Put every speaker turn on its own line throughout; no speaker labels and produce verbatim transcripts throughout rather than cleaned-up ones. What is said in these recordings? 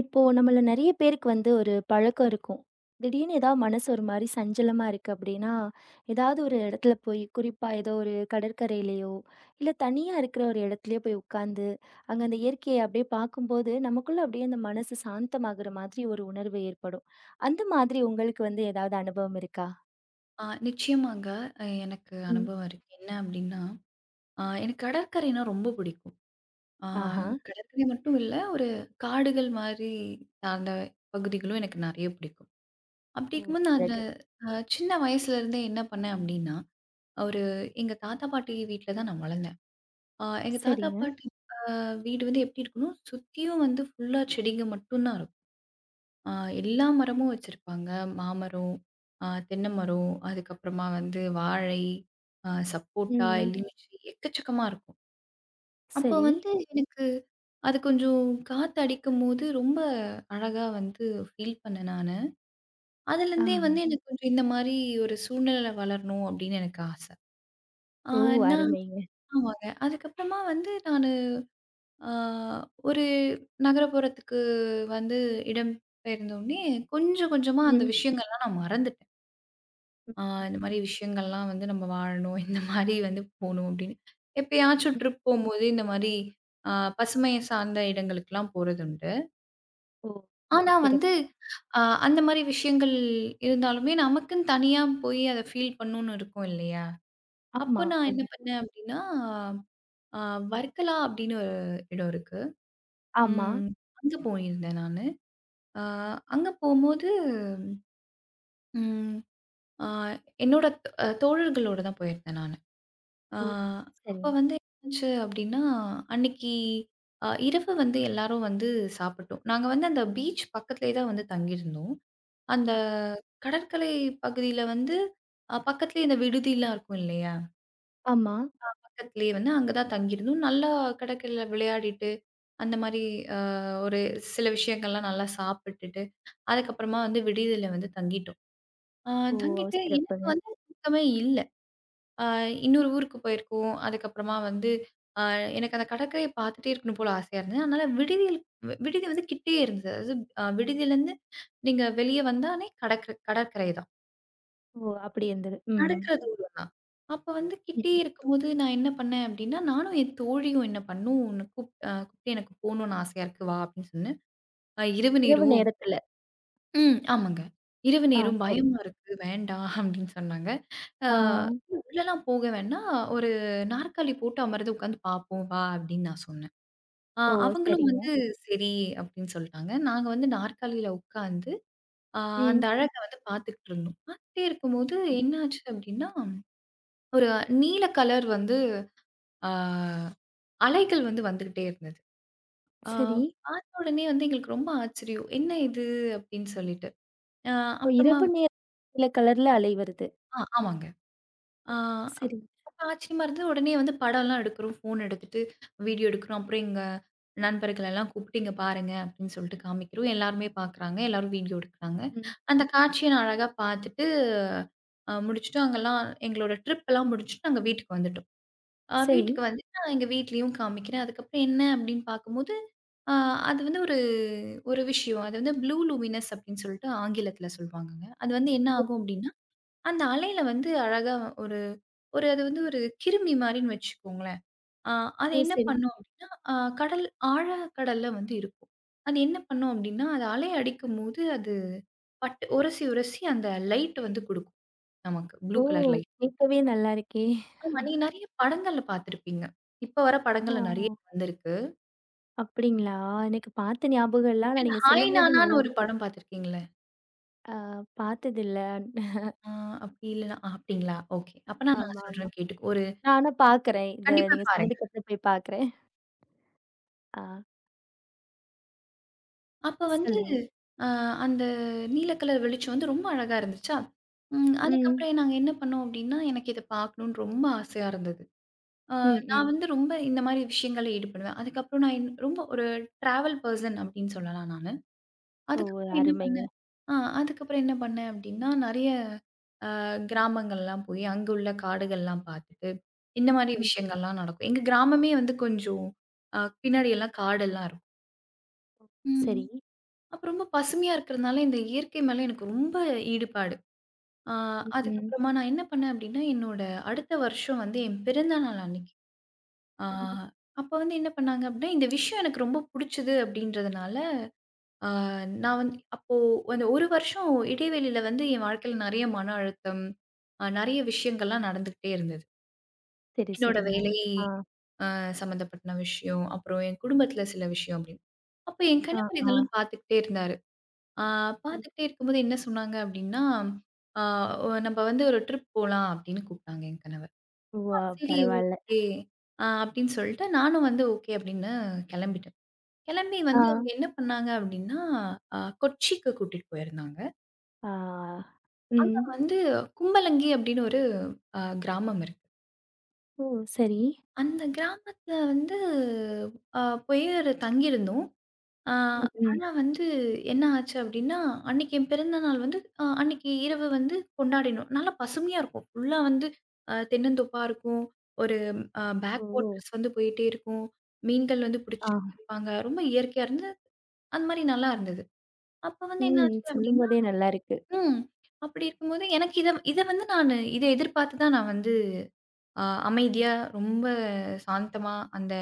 இப்போ நம்மள நெறைய பேருக்கு வந்து ஒரு பழக்கம் இருக்கும். திடீர்னு ஏதாவது மனசு ஒரு மாரி சஞ்சலமா இருக்கு அப்படின்னா, ஏதாவது ஒரு இடத்துல போய் குறிப்பா ஏதோ ஒரு கடற்கரையிலயோ, இல்ல தனியா இருக்கிற ஒரு இடத்துலயோ போய் உட்கார்ந்து, அங்க அந்த இயற்கைய அப்படியே பார்க்கும்போது, நமக்குள்ள அப்படியே அந்த மனசு சாந்தமாகுற மாதிரி ஒரு உணர்வு ஏற்படும். அந்த மாதிரி உங்களுக்கு வந்து ஏதாவது அனுபவம் இருக்கா?
ஆ நிச்சயமாங்க. அ எனக்கு
ம்.
அனுபவம் இருக்கு. என்ன அப்டின்னா, அ எனக்கு கடற்கரைனா ரொம்ப பிடிக்கும். ஆ
ஆஹா.
கடற்கரை மட்டும் இல்ல, ஒரு காடுகள் மாரி அந்த பகுதிகளும் எனக்கு நெறைய பிடிக்கும். அப்டி
ஓ!
இருக்கும்போது நானு
அழகு.
அ சின்ன வயசுலேருந்தே என்ன பண்ணேன் அப்டின்னா, ஒரு எங்க தாத்தா, பாட்டி வீட்ல தான் நான் வளர்ந்தேன். அ எங்க தாத்தா,
சரிங்க.
பாட்டி அ வீடு வந்து எப்டி இருக்கும்னா, சுத்தியும் வந்து ஃபுல்லா செடிங்க மட்டும் தான் இருக்கும். ஆ எல்லா மரமும் வச்சிருப்பாங்க. மாமரம், ஆ தென்னை மரம், அதுக்கப்புறமா வந்து வாழை, ஆ சப்போட்டா, ம்.
ம்.
எலுமிச்சை எக்கச்சக்கமா இருக்கும். அப்போ
சரி.
வந்து ம். எனக்கு அது கொஞ்சம் காத்தடிக்கும்போது ரொம்ப அழகா வந்து ஃபீல் பண்ணேன் நானு. அதுலேருந்தே வந்து
ஆ.
எனக்கு கொஞ்சம் இந்த மாரி ஒரு சூழ்நிலையில வளரணும் அப்படின்னு எனக்கு ஆசை. ஆ
ஓ!
நான் ம்.
அருமைங்க.
ஆமாங்க. அதுக்கப்புறமா வந்து நானு ஆ ஒரு நகரப்புறத்துக்கு வந்து இடம் பெயர்ந்தோனே கொஞ்சம் கொஞ்சமா அந்த
ம்.
விஷயங்கள்லாம் நான் மறந்துட்டேன்.
ம்.
ஆ இந்த மாரி விஷயங்கள்லாம் வந்து நம்ம வாழணும். இந்த மாரி வந்து போணும் அப்படின்னு. எப்பயாச்சும்
ம்.
ட்ரிப் போம்போது இந்த மாரி அ பசுமைய சார்ந்த இடங்களுக்குலாம் போறதுண்டு.
ஓ!
ஆனா வந்து
சிறப்பு.
அ அந்த மாரி விஷயங்கள் இருந்தாலுமே நமக்குன்னு தனியா போய் அத ஃபீல் பண்ணணும்னு இருக்கும் இல்லையா?
ஆமா.
அப்ப நான் என்ன
கண்டிப்பா.
பண்ணேன் அப்படின்னா, அ வர்க்கலா அப்படின்னு ஒரு இடம் இருக்கு.
ஆமா.
ம். அங்க போயிருந்தேன் நானு. அ அங்க போம்போது ம் அ என்னோட அ தோழர்களோட தான் போயிருந்தேன் நானு. ஆ,
ஓ!
அப்ப
சரிங்க.
வந்து என்னாச்சு அப்டின்னா, அன்னைக்கு அ இரவு வந்து எல்லாரும் வந்து சாப்பிட்டோம். நாங்க வந்து அந்த பீச் பக்கத்திலேயே தான் வந்து தங்கியிருந்தோம். அந்த
அ
கடற்கரை பகுதியில வந்து அ பக்கத்திலேயே இந்த விடுதிலாம் இருக்கும் இல்லையா?
ஆமா.
பக்கத்திலேயே வந்து அங்க தான் தங்கியிருந்தோம். நல்லா கடற்கரையில விளையாடிட்டு, அந்த மாரி அ ஒரு சில விஷயங்கள்லாம் நல்லா சாப்பிட்டுட்டு, அதுக்கப்புறமா வந்து விடுதியில வந்து தங்கிட்டோம். அ
ஓ!
தங்கிட்டு எனக்கு
சிறப்புங்க.
வந்து தூக்கமே இல்ல. அ இன்னொரு ஊருக்கு போயிருக்கோம். அதுக்கப்புறமா வந்து அ எனக்கு அந்த கடற்கரைய பார்த்துட்டே இருக்கணும் போல ஆசையா இருந்தது. அதனால விடுதியில் வி விடுதி வந்து கிட்டயே இருந்தது. அதாவது அ விடுதியிலருந்து நீங்க வெளிய வந்தாலே கடற்கரை கடற்கரை தான்.
ஓ! அப்படி இருந்தது. ம்.
நடக்கிற தூரம் தான். அப்ப வந்து
ம்.
கிட்டயே
ம்.
இருக்கும்போது நான் என்ன பண்ணேன் அப்டின்னா, நானும் என் தோழியும் என்ன பண்ணோம், கூப் அ கூப்ட்டு "எனக்கு போணும்னு ஆசையா இருக்கு வா" அப்டின்னு சொன்னேன். "அ இரவு
இரவு
நேரம்.
நேரத்துல.
ம். ஆமாங்க. இரவு
ஆ
நேரம்
சரிங்க.
பயமா ம். இருக்கு. வேண்டாம் அப்டின்னு சொன்னாங்க. ஆ
ஆ.
ம். உள்ளலாம் போக வேணா, ஒரு நாற்காலி போட்டு அமர்ந்து உட்காந்து பார்ப்போம் வா! அப்டின்னு நான் சொன்னேன். ஆ
ஓ!
அவங்களும்
சரிங்க.
வந்து சரி அப்டின்னு சொல்ட்டாங்க. நாங்க வந்து நாற்காலியில உட்காந்து, ஆ அந்த
ம்.
அழக வந்து பார்த்துக்கிட்டு இருந்தோம். பார்த்துட்டே இருக்கும்போது என்ன ஆச்சு அப்டின்னா, ஒரு நீல கலர் வந்து ஆ அலைகள் வந்து வந்துகிட்டே இருந்தது. ஆ
சரி.
பார்த்த உடனே வந்து எங்களுக்கு ரொம்ப ஆச்சரியம். என்ன இது அப்டின்னு சொல்லிட்டு. ஆ
ஓ!
அப்புறமா
இரவு நேரத்துல கலர்ல அலை வருது.
ஆ ஆமாங்க. ஆ அப்
சரி.
அப்ப ஆச்சரியமா இருந்தது. உடனே வந்து படம்லாம் எடுக்கிறோம். ஃபோன் எடுத்துட்டு வீடியோ எடுக்கிறோம். அப்புறம் எங்க நண்பர்கள் எல்லாம் கூப்பிட்டு, "இங்க பாருங்க" அப்படின்னு சொல்லிட்டு காமிக்கிறோம். எல்லாருமே பார்க்குறாங்க. எல்லாரும் வீடியோ எடுக்குறாங்க.
ம்.
அந்த காட்சிய நான் அழகா பார்த்துட்டு அ முடிச்சுட்டு அங்கெல்லாம் எங்களோட ட்ரிப் எல்லாம் முடிச்சுட்டு நாங்க வீட்டுக்கு வந்துட்டோம். அ
சரி.
வீட்டுக்கு வந்து நான் எங்க வீட்லயும் காமிக்கிறேன். அதுக்கப்புறம் என்ன அப்படின்னு பார்க்கும்போது, அ அது வந்து ஒரு ஒரு விஷயம். அது வந்து ப்ளூ லூமினஸ் அப்படின்னு சொல்லிட்டு ஆங்கிலத்தில சொல்வாங்கங்க. அது வந்து என்ன ஆகும் அப்படின்னா அந்த அலையில வந்து அழகா ஒரு ஒரு அது வந்து ஒரு கிருமி மாரின்னு வச்சுக்கோங்களேன். அ அது
ஓ!
என்ன
சரி.
பண்ணும் அப்டின்னா, அ கடல் ஆழ கடல்ல வந்து இருக்கும். அது என்ன பண்ணும் அப்டின்னா, அது அலை அடிக்கும்போது அது பட்டு உரசி, உரசி அந்த லைட் வந்து குடுக்கும் நமக்கு. ப்ளூ
ஓ!
Colour light.
கேட்கவே நல்லா இருக்கே.
ஆமா. நீங்க நெறைய படங்கள்ல பார்த்துருப்பீங்க. இப்ப வர படங்கள்ல நெறைய
ஓ!
வந்திருக்கு.
அப்படிங்களா? எனக்கு பார்த்த ஞாபகம் இல்ல. ஆனா
இல்ல
நீங்க
"ஹாய்
சொல்லும்போது நல்லா
நானான்னு" ஒரு
இருக்கு.
படம் பார்த்துருக்கீங்களே?
ஆ பார்த்ததில்ல.
ஆ அப்டி இல்லன்னா அப்டிங்களா? ஓகே. அப்பனா நான்
ஆமா,
நான்
ஆமா.
சொல்றேன் கேட்டுக்கோ ஒரு
நான் ஆனா பார்க்குறேன். இத
கண்டிப்பா
நீங்க
பாருங்க.
சொன்னதுக்கு அப்புறம் போய் பார்க்குறேன். ஆ
அப்ப வந்து
சொல்லுங்க.
அ அந்த நீல கலர் வெளிச்சம் வந்து ரொம்ப அழகா இருந்துச்சா! ம்.
ம்.
அதுக்கப்புறம் நாங்க என்ன பண்ணோம் அப்டின்னா, எனக்கு இத பார்க்கணும்னு ரொம்ப ஆசையா இருந்தது. அ
ம்,
நான்
ம்.
வந்து ரொம்ப இந்த மாரி விஷயங்கள்ல ஈடுபடுவேன். அதுக்கப்புறம் நான் என் ரொம்ப ஒரு டிராவல் பெர்சன் அப்டின்னு சொல்லலாம் நானு.
ஓ!
அதுக்கப்புறம் என்ன
அருமைங்க.
பண்ணேன் ஆ அதுக்கப்புறம் என்ன பண்ணேன் அப்டின்னா, நெறைய அ கிராமங்கள்லாம் போய் அங்க உள்ள காடுகள்லாம் பார்த்துட்டு, இந்த மாரி
ம்.
விஷயங்கள்லாம் நடக்கும். எங்க கிராமமே வந்து கொஞ்சம் அ பின்னாடி எல்லாம் காடெல்லாம் இருக்கும். ம்.
சரி.
அப்ப ரொம்ப பசுமையா இருக்கிறதுனால, இந்த இயற்கை மேல எனக்கு ரொம்ப ஈடுபாடு. ஆ
ம்.
அதுக்கப்புறமா நான் என்ன பண்ணேன் அப்படின்னா, என்னோட அடுத்த வருஷம் வந்து என் பிறந்த நாள் அன்னைக்கு. ஆ
ம்.
அப்ப வந்து என்ன பண்ணாங்க அப்படின்னா, இந்த விஷயம் எனக்கு ரொம்ப புடிச்சது அப்படின்றதுனால, ஆ நான் வந்து அப்போ அந்த ஒரு வருஷம் இடைவெளியில வந்து என் வாழ்க்கையில நெறைய மன அழுத்தம், அ நெறைய விஷயங்கள்லாம் நடந்துகிட்டே இருந்தது.
சரி,
என்னோட
சரிங்க.
வேலை
ஆ.
அ சம்மந்தப்பட்ட விஷயம், அப்புறம் என் குடும்பத்தில சில விஷயம் அப்படின்னு. அப்ப என்
ஆ,
கணவர்
ஆ.
இதெல்லாம் பார்த்துக்கிட்டே இருந்தாரு. ஆ
ம்.
பார்த்துக்கிட்டே இருக்கும்போது என்ன சொன்னாங்க அப்படின்னா, ஆ "ஒ நம்ம வந்து ஒரு ட்ரிப் போலாம்" அப்படின்னு கூப்பிட்டாங்க என் கணவர்.
ஓ!
ஆ. சரி
பரவால்ல.
ஓகே. ஆ அப்படின்னு சொல்லிட்டு நானும் வந்து ஓகே அப்படின்னு கிளம்பிட்டேன். கிளம்பி
ஆ.
வந்து அவங்க என்ன பண்ணாங்க அப்படின்னா, அ கொச்சிக்கு கூட்டிட்டு போயிருந்தாங்க.
ஆ.
அங்க
ம்.
வந்து கும்பலங்கி அப்படின்னு ஒரு அ கிராமம் இருக்கு.
ஓ! சரி.
அந்த கிராமத்தில வந்து அ போய் ஒரு தங்கியிருந்தோம். ஆ,
ம், ம்.
ஆனா வந்து என்ன ஆச்சு அப்டின்னா, அன்னைக்கு என் பிறந்த நாள் வந்து அ அன்னைக்கு இரவு வந்து கொண்டாடினோம். நல்லா பசுமையா இருக்கும். ஃபுல்லா வந்து அ தென்னந்தோப்பா இருக்கும். ஒரு அ பேக்
ஓ!
வாட்டர்ஸ் வந்து போயிட்டே இருக்கும். மீன்கள் வந்து
ஆ.
புடிச்சுட்டே இருப்பாங்க. ரொம்ப இயற்கையா இருந்து, அந்த மாரி நல்லா இருந்தது. அப்ப வந்து என்ன
ம்.
ஆச்சு அப்டின்னா
சொல்லும்போதே நல்லாருக்கு.
ம். அப்படி இருக்கும்போது எனக்கு இத இத வந்து நானு இத எதிர்பார்த்து தான் நான் வந்து அ அமைதியா, ரொம்ப சாந்தமா அந்த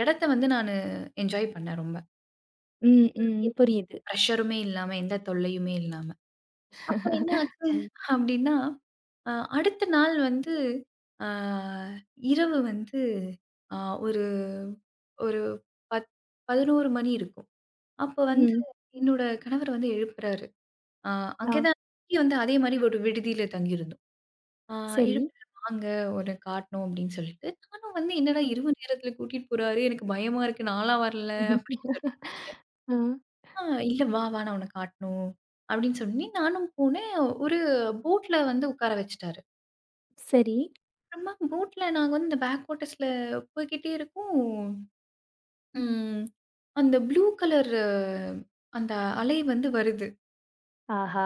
இடத்த வந்து நானு என்ஜாய் பண்ணேன் ரொம்ப.
ம், ம்.
எந்த
புரியுது.
பிரஷருமே இல்லாம, எந்த தொல்லையுமே இல்லாம. அப்ப என்ன ஆச்சு அப்டின்னா, அ அடுத்த நாள் வந்து அ இரவு வந்து அ ஒரு ஒரு பத் பதினொரு மணி இருக்கும். அப்ப வந்து
ம்.
என்னோட கணவர் வந்து எழுப்புறாரு. அ
ஆ.
அங்கே தான் அங்கேயும் வந்து அதே மாரி ஒரு விடுதியில தங்கியிருந்தோம். அ
சரி.
எழுப்புறாரு வாங்க உன்ன காட்டணும் அப்டின்னு சொல்லிட்டு, நானும் வந்து என்னடா
ம்.
இரவு நேரத்தில கூட்டிட்டு போறாரு, எனக்கு பயமா இருக்கு நான்லாம் வரல அப்டின்னு சொல்லி,
ஆ.
அ இல்ல வா வா நான் உன்ன காட்டணும் அப்டின்னு சொல்லி நானும் போனேன். ஒரு போட்ல வந்து உட்கார வச்சுட்டாரு.
சரி.
அப்புறமா போட்ல நாங்க வந்து இந்த பேக் வாட்டர்ஸ்ல போய்க்கிட்டே இருக்கோம். ம். அந்த ப்ளூ கலர் அந்த அலை வந்து வருது.
ஆஹா!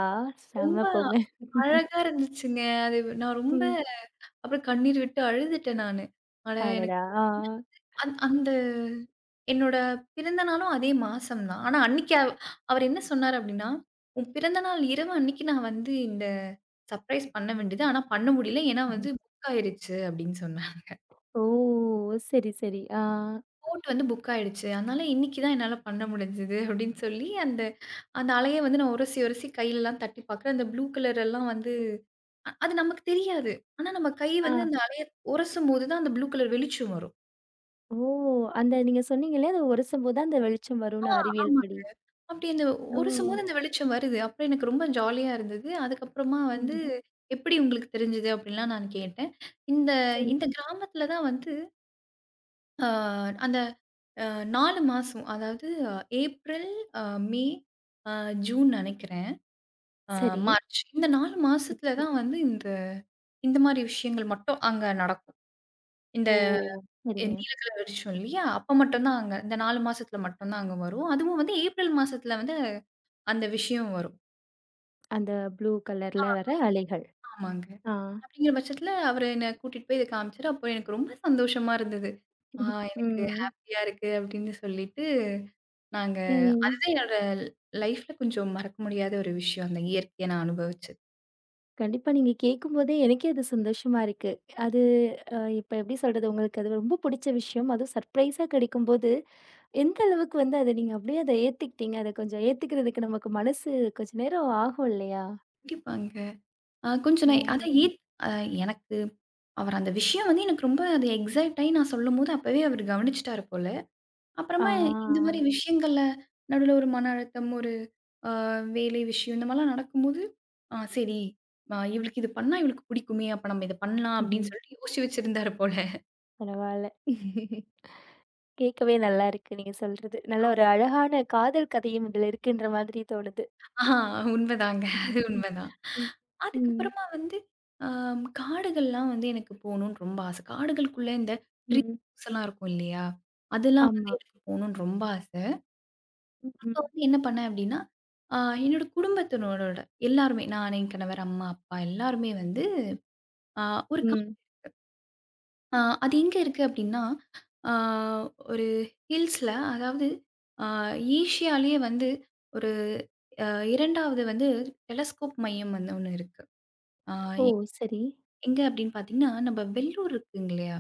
ரொம்ப
செம போங்க.
அழகா இருந்துச்சுங்க. அது நான் ரொம்ப
ம்.
அப்புறம் கண்ணீர் விட்டு அழுதுட்டேன் நானு. ஆனா எனக்கு
அடடா! ஆ.
அந் அந்த என்னோட பிறந்த நாளும் அதே மாசம் தான். ஆனா அன்னைக்கு அவ் அவர் என்ன சொன்னாரு அப்டின்னா, "உன் பிறந்த நாள் இரவு அன்னைக்கு நான் வந்து இந்த சர்ப்ரைஸ் பண்ண வேண்டியது. ஆனா பண்ண முடியல. ஏன்னா வந்து புக் ஆயிருச்சு" அப்டின்னு சொன்னாரு.
ஓ! சரி, சரி. ஆ.
போட் வந்து புக் ஆயிடுச்சு. அதனால இன்னைக்கு தான் என்னால பண்ண முடிஞ்சது அப்படின்னு சொல்லி, அந்த அந்த அலைய வந்து நான் உரசி, உரசி கையிலலாம் தட்டி பார்க்குறேன். அந்த ப்ளூ கலர் எல்லாம் வந்து அ அது நமக்கு தெரியாது. ஆனா நம்ம கை
ஆ.
வந்து அந்த அலைய உரசும்போது தான் அந்த ப்ளூ கலர் வெளிச்சம் வரும்.
ஓ! அந்த நீங்க சொன்னீங்களே, அத உரசும்போது தான் அந்த வெளிச்சம் வரும்னு
ஆ
அறிவியல்
ஆமா.
படி.
அப்படி அந்த
ஓ!
உரசும்போது அந்த வெளிச்சம் வருது. அப்புறம் எனக்கு ரொம்ப ஜாலியா இருந்தது. அதுக்கப்புறமா வந்து
ம்.
"எப்படி உங்களுக்கு தெரிஞ்சது?" அப்படின்லாம் நான் கேட்டேன். இந்த
சரி,
இந்த கிராமத்தில தான் வந்து அ அந்த நாலு மாசம் அதாவது ஆஹ், ஏப்ரல், அ மே, அ ஜூன் நெனைக்கிறேன். ஆ
சரி.
மார்ச். இந்த நாலு
ம்.
மாசத்துல தான் வந்து இந்த இந்த மாரி விஷயங்கள் மட்டும் அங்க நடக்கும். இந்த
ஓ! சரிங்க.
நீல கலர் வெளிச்சம் இல்லையா? அப்ப மட்டும் தான் அங்க இந்த நாலு மாசத்துல மட்டும் தான் அங்க வரும். அதுவும் வந்து ஏப்ரல் மாசத்துல வந்து அந்த விஷயம் வரும்.
அந்த ப்ளூ கலர்ல வர அலைகள்.
ஆமாங்க.
ஆ.
அப்படிங்கிற பட்சத்துல அவரு என்ன கூட்டிட்டு போய் இத காமிச்சாரு. அப்போ எனக்கு ரொம்ப சந்தோஷமா இருந்தது. ஆ எனக்கு
ம்.
ஹேப்பியா இருக்கு அப்படின்னு சொல்லிட்டு நாங்க
ம்.
அதுதான் என்னோட லைஃப்ல கொஞ்சம் மறக்க முடியாத ஒரு விஷயம். அந்த இயற்கையை நான் அனுபவிச்சது.
கண்டிப்பா நீங்க கேட்கும்போதே எனக்கே அது சந்தோஷமா இருக்கு. அது அ இப்ப எப்படி சொல்றது? உங்களுக்கு அது ரொம்ப புடிச்ச விஷயம். அதுவும் சர்ப்ரைஸா கிடைக்கும்போது, எந்த அளவுக்கு வந்து அத நீங்க அப்படியே அத ஏத்துக்கிட்டீங்க? அத கொஞ்சம் ஏத்துக்கிறதுக்கு நமக்கு மனசு கொஞ்சம் நேரம் ஆகும் இல்லையா?
கண்டிப்பாங்க. அ கொஞ்சம் நான்
ஓ!
அதான் ஈத் அ எனக்கு அவர் அந்த விஷயம் வந்து எனக்கு ரொம்ப அது எக்ஸைட் ஆயி நான் சொல்லும்போது, அப்பவே அவர் கவனிச்சுட்டாரு போல.
ஆ.
அப்புறமா இந்த மாரி விஷயங்கள்ல நடுவுல ஒரு மன அழுத்தம், ஒரு அ வேலை விஷயம் இந்த மாரிலாம் நடக்கும்போது, ஆ சரி அ இவளுக்கு இது பண்ணா இவளுக்கு பிடிக்குமே! அப்ப நம்ம இத பண்ணலாம்
ம்ஹ்ம்.
அப்படின்னு சொல்லிட்டு யோசிச்சு வச்சிருந்தாரு போல.
பரவால்ல. கேட்கவே நல்லா இருக்கு நீங்க சொல்றது. நல்ல ஒரு அழகான காதல் கதையும் இதுல இருக்குன்ற மாதிரி தோணுது.
ஆ உண்மதாங்க. அது உண்மதான்.
ம். ம்.
அதுக்கப்புறமா வந்து அ காடுகள்லாம் வந்து எனக்கு போணும்னு ரொம்ப ஆசை. காடுகளுக்குள்ள இந்த
ம்.
ட்ரீஸ் எல்லாம் இருக்கும் இல்லையா? அதெல்லாம் வந்து
ஆமா.
எனக்கு போணும்னு ரொம்ப ஆசை.
ம்.
அப்ப
ம்.
வந்து என்ன பண்ணேன் அப்படின்னா, அ என்னோட குடும்பத்தினரோட எல்லாருமே, நான், என் கணவர், அம்மா, அப்பா எல்லாருமே வந்து அ ஒரு கா
ம்.
அ அது எங்க இருக்கு அப்படின்னா, அ ஒரு ஹில்ஸ்ல அதாவது அ ஏசியாலயே வந்து ஒரு அ 2வது வந்து டெலஸ்கோப் மையம் வந்து ஒண்ணு இருக்கு. அ
ஓ!
எ
சரி.
எங்க அப்படின்னு பார்த்தீங்கன்னா, நம்ம வெள்ளூர் இருக்குங்க இல்லையா?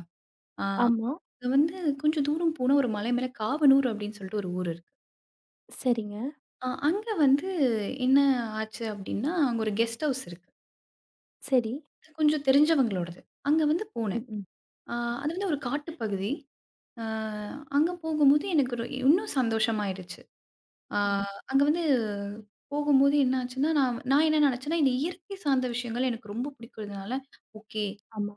அ
ஆமா.
அங்க வந்து கொஞ்சம் தூரம் போனா ஒரு மலை மேல காவனூர் அப்படின்னு சொல்லிட்டு ஒரு ஊர் இருக்கு.
சரிங்க.
அ அங்க வந்து என்ன ஆச்சு அப்படின்னா, அங்க ஒரு கெஸ்ட் ஹவுஸ் இருக்கு.
சரி.
கொஞ்சம் தெரிஞ்சவங்களோடது. அங்க வந்து
ம்.
போனேன்.
ம்.
ஆ அது வந்து ஒரு காட்டுப்பகுதி. ஆ அங்க போகும்போது எனக்கு ஒரு இன்னும் சந்தோஷமாயிடுச்சு. ஆ
ம்.
அங்க வந்து போகும்போது என்ன ஆச்சுன்னா, நான் நான் என்ன நெனச்சேன்னா, இந்த இயற்கை சார்ந்த விஷயங்கள் எனக்கு ரொம்ப பிடிக்கிறதுனால, ஓகே
ஆமா.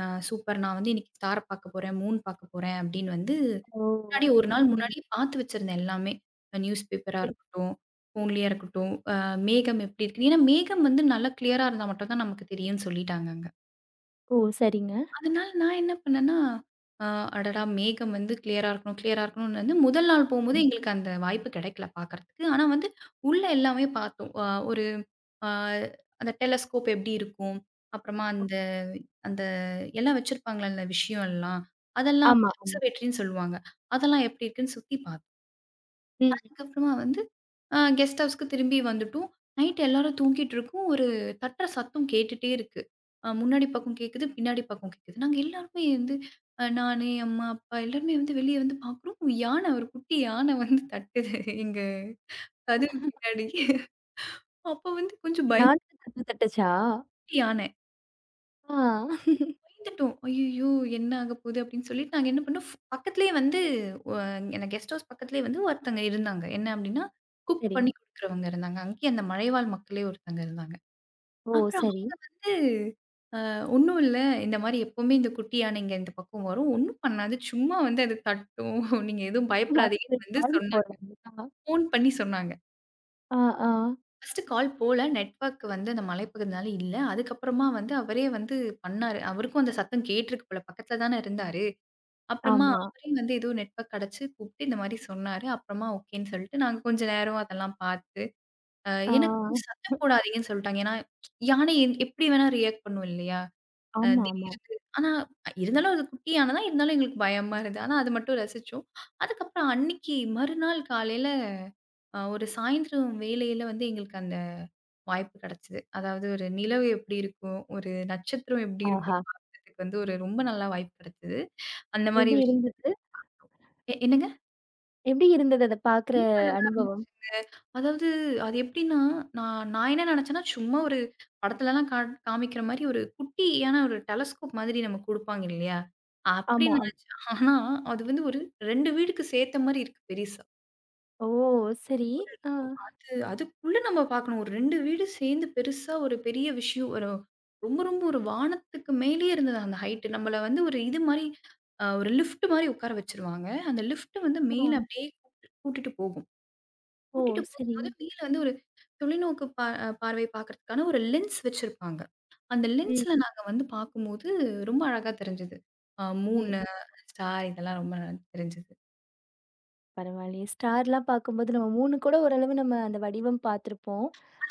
அ சூப்பர் நான் வந்து இன்னைக்கு ஸ்டார பார்க்க போறேன், மூன் பார்க்க போறேன் அப்படின்னு வந்து
ஓ!
முன்னாடி ஒரு
அப்படி.
நாள்
ம்.
முன்னாடியே பார்த்து வச்சிருந்தேன் எல்லாமே. நியூஸ் பேப்பரா
சரி.
இருக்கட்டும், ஃபோன்லயா இருக்கட்டும், அ மேகம் எப்படி இருக்கு. ஏன்னா மேகம் வந்து நல்லா கிளியரா இருந்தா மட்டும் தான் நமக்கு தெரியும்னு சொல்லிட்டாங்கங்க.
ஓ! சரிங்க.
அதனால நான் என்ன பண்ணேன்னா, அ அடடா! மேகம் வந்து கிளியரா இருக்கணும், கிளியரா இருக்கணும்னு வந்து முதல் நாள் போம்போது எங்களுக்கு அந்த வாய்ப்பு கிடைக்கல பார்க்கறதுக்கு. ஆனா வந்து உள்ள எல்லாமே பார்த்தோம். அ ஒரு அ அந்த டெலஸ்கோப் எப்படி இருக்கும், அப்புறமா அந்த அந்த எல்லாம் வச்சிருப்பாங்கல்ல விஷயம் எல்லாம், அதெல்லாம்
ஆமா, ஆமா.
அப்சர்வேட்டரின்னு சொல்லுவாங்க. அதெல்லாம் எப்படி இருக்குன்னு சுத்தி பார்த்தோம்.
ம்.
அதுக்கப்புறமா வந்து அ கெஸ்ட் ஹவுஸ்க்கு திரும்பி வந்துட்டோம். நைட் எல்லாரும் தூங்கிட்டு இருக்கோம். ஒரு தட்டுற சத்தம் கேட்டுட்டே இருக்கு. அ முன்னாடி பக்கம் கேட்குது, பின்னாடி பக்கம் கேட்குது. நாங்க எல்லாருமே வந்து அ நானு, அம்மா, அப்பா எல்லாருமே வந்து வெளிய வந்து பார்க்குறோம். யானை ஒரு குட்டி யானை வந்து தட்டுது எங்க கதவு பின்னாடி. அப்ப வந்து கொஞ்சம் பயந்துட்டு
நானும் தட்டு தட்டுச்சா?
யானை.
ஆ.
பயந்துட்டோம். "ஐய்யய்யோ! என்ன ஆகப்போது?" அப்படின்னு சொல்லிட்டு நாங்க என்ன பண்ணோம், பக்கத்திலேயே வந்து ஒ என்ன கெஸ்ட் ஹவுஸ் பக்கத்திலேயே வந்து ஒருத்தங்க இருந்தாங்க. என்ன அப்படின்னா, குக்
சரிங்க.
பண்ணி குடுக்குறவங்க இருந்தாங்க. அங்கேயே அந்த மலைவாழ் மக்களே ஒருத்தங்க இருந்தாங்க.
ஓ!
அப்புறம்
சரி.
வந்து அ "ஒண்ணும் இல்ல. இந்த மாரி எப்பவுமே இந்த குட்டி யானைங்க இந்த பக்கம் வரும். ஒண்ணும் பண்ணாது. சும்மா வந்து அது தட்டும். நீங்க எதுவும்
அது
பயப்படாதீங்கன்னு" வந்து
காலி
சொன்னாங்க.
போலங்க.
ஃபோன் பண்ணி சொன்னாங்க.
ஆ, ஆ.
ஃபர்ஸ்ட்டு கால் போல. நெட்வொர்க் வந்து அந்த மலைப்பகுதினால இல்ல. அதுக்கப்புறமா வந்து அவரே வந்து பண்ணாரு. அவருக்கும் அந்த சத்தம் கேட்டிருக்கு போல. பக்கத்தில தானே இருந்தாரு. அப்புறமா
ஆமா.
அவரே வந்து ஏதோ நெட்வொர்க் கிடைச்சு கூப்பிட்டு இந்த மாரி சொன்னாரு. அப்புறமா ஓகேன்னு சொல்லிட்டு நாங்க கொஞ்ச நேரம் அதெல்லாம் பார்த்து, அ
ஆ.
எனக்கு கொஞ்சம் சத்தம் போடாதீங்கன்னு சொல்ட்டாங்க. ஏன்னா, யானை எ எப்படி வேணா ரியாக்ட் பண்ணும் இல்லையா? அ
ஆமாமா.
திடீர்னு ஆனா இருந்தாலும் அது குட்டி யானை தான். இருந்தாலும் எங்களுக்கு பயமா இருந்தது. ஆனா அது மட்டும் ரசிச்சோம். அதுக்கப்புறம் அன்னைக்கு மறுநாள் காலையில அ ஒரு சாயந்திரம் வேளையில வந்து எங்களுக்கு அந்த வாய்ப்பு கிடைச்சது. அதாவது ஒரு நிலவு எப்படி இருக்கும்? ஒரு நட்சத்திரம் எப்படி
ஆஹா!
இருக்கும்னு பார்க்கறதுக்கு வந்து ஒரு ரொம்ப நல்லா வாய்ப்பு கிடைச்சது. அந்த மாரி
எப்படி
விஷயம்.
இருந்தது?
எ என்னங்க?
எப்படி இருந்தது அத பாக்குற
ரொம்ப அழகா இருந்துச்சு.
அனுபவம்?
அதாவது அது எப்படின்னா, நான் நான் என்ன நினைச்சேன்னா, சும்மா ஒரு படத்துலலாம் காட் காமிக்கிற மாரி ஒரு குட்டியான ஒரு டெலஸ்கோப் மாதிரி நமக்கு குடுப்பாங்க இல்லையா?
ஆமா.
அப்படின்னு
ஆம்.
நினைச்சேன். ஆனா, அது வந்து ஒரு ரெண்டு வீடுக்கு சேத்த மாரி இருக்கு பெருசா.
ஓ! சரி. ஆ,
அது அதுக்குள்ள நம்ம பார்க்கணும். ஒரு ரெண்டு வீடு சேர்ந்து பெருசா ஒரு பெரிய விஷயம். ஒரு ரொம்ப ரொம்ப ஒரு வானத்துக்கு மேலேயே இருந்தது அந்த ஹைட். நம்மள வந்து ஒரு இது மாரி, அ ஒரு லிஃப்ட் மாரி உட்கார வச்சுருவாங்க. அந்த லிஃப்ட் வந்து மேல
ஆ.
அப்படியே கூட்டிட்டு போகும்.
ஓ!
கூட்டிட்டு
சரி.
போகும்போது மேல வந்து ஒரு தொலைநோக்கு பா அஹ் பார்வை பார்க்கறதுக்கான ஒரு லென்ஸ் வச்சிருப்பாங்க. அந்த
ம்,
லென்ஸ்ல நாங்க வந்து பார்க்கும்போது ரொம்ப அழகா தெரிஞ்சது. அ
ம்,
மூனு,
ம்.
ஸ்டார் இதெல்லாம் ரொம்ப நல்லா தெரிஞ்சது.
பரவாயில்லையே. ஸ்டார்லாம் பார்க்கும்போது நம்ம மூன்று கூட ஓரளவு நம்ம அந்த வடிவம் பார்த்துருப்போம்.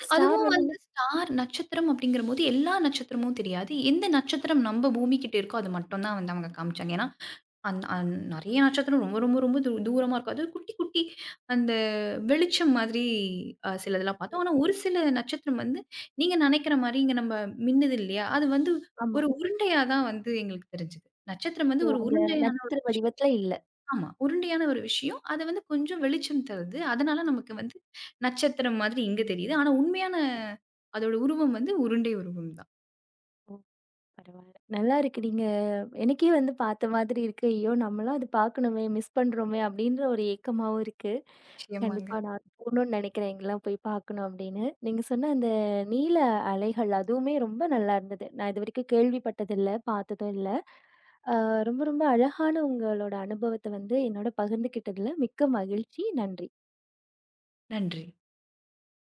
ஸ்டார்
அதுவும்
வந்து
வந்து
இன்னும்
ஸ்டார் நட்சத்திரம் அப்படிங்கிறபோது எல்லா நட்சத்திரமும் தெரியாது. எந்த நட்சத்திரம் நம்ம பூமி கிட்ட இருக்கோ அது மட்டும் தான் வந்து அவங்க காமிச்சாங்க. ஏன்னா, அந் அந் நெறைய நட்சத்திரம் ரொம்ப, ரொம்ப, ரொம்ப தூ தூரமா இருக்கும். அது குட்டி, குட்டி அந்த வெளிச்சம் மாதிரி அ சிலதெல்லாம் பார்த்தோம். ஆனா, ஒரு சில நட்சத்திரம் வந்து நீங்க நெனைக்கிற மாரி இங்க நம்ம மின்னுது இல்லையா? அது வந்து
ஆமா.
ஒரு உருண்டையா தான் வந்து எங்களுக்கு தெரிஞ்சது. நட்சத்திரம் வந்து
ஓ!
ஒரு
அந்த
உருண்டையான
நட்சத்திர வடிவத்துல இல்ல.
ஆமா. உருண்டையான ஒரு விஷயம். அது வந்து கொஞ்சம் வெளிச்சம் தருது. அதனால நமக்கு வந்து நட்சத்திரம் மாதிரி இங்க தெரியுது. ஆனா, உண்மையான அதோட உருவம் வந்து உருண்டை உருவம் தான்.
ஓ! பரவால்ல. நல்லா இருக்கு. நீங்க எனக்கே வந்து பார்த்த மாதிரி இருக்கு. ஐயோ! நம்மலாம் அது பார்க்கணுமே! மிஸ் பண்றோமே! அப்படின்ற ஒரு ஏக்கமாவும் இருக்கு.
நிச்சயமாங்க.
கண்டிப்பா. நான் போணும்னு நெனைக்கிறேன். எங்கலாம் போய் பார்க்கணும் அப்படின்னு. நீங்க சொன்ன அந்த நீல அலைகள் அதுவுமே ரொம்ப நல்லா இருந்தது. நான் இதுவரைக்கும் கேள்விப்பட்டதில்ல, பார்த்ததும் இல்ல. அ ரொம்ப ரொம்ப அழகான உங்களோட அனுபவத்த வந்து என்னோட பகிர்ந்துக்கிட்டதுல மிக்க மகிழ்ச்சி. நன்றி.
நன்றி.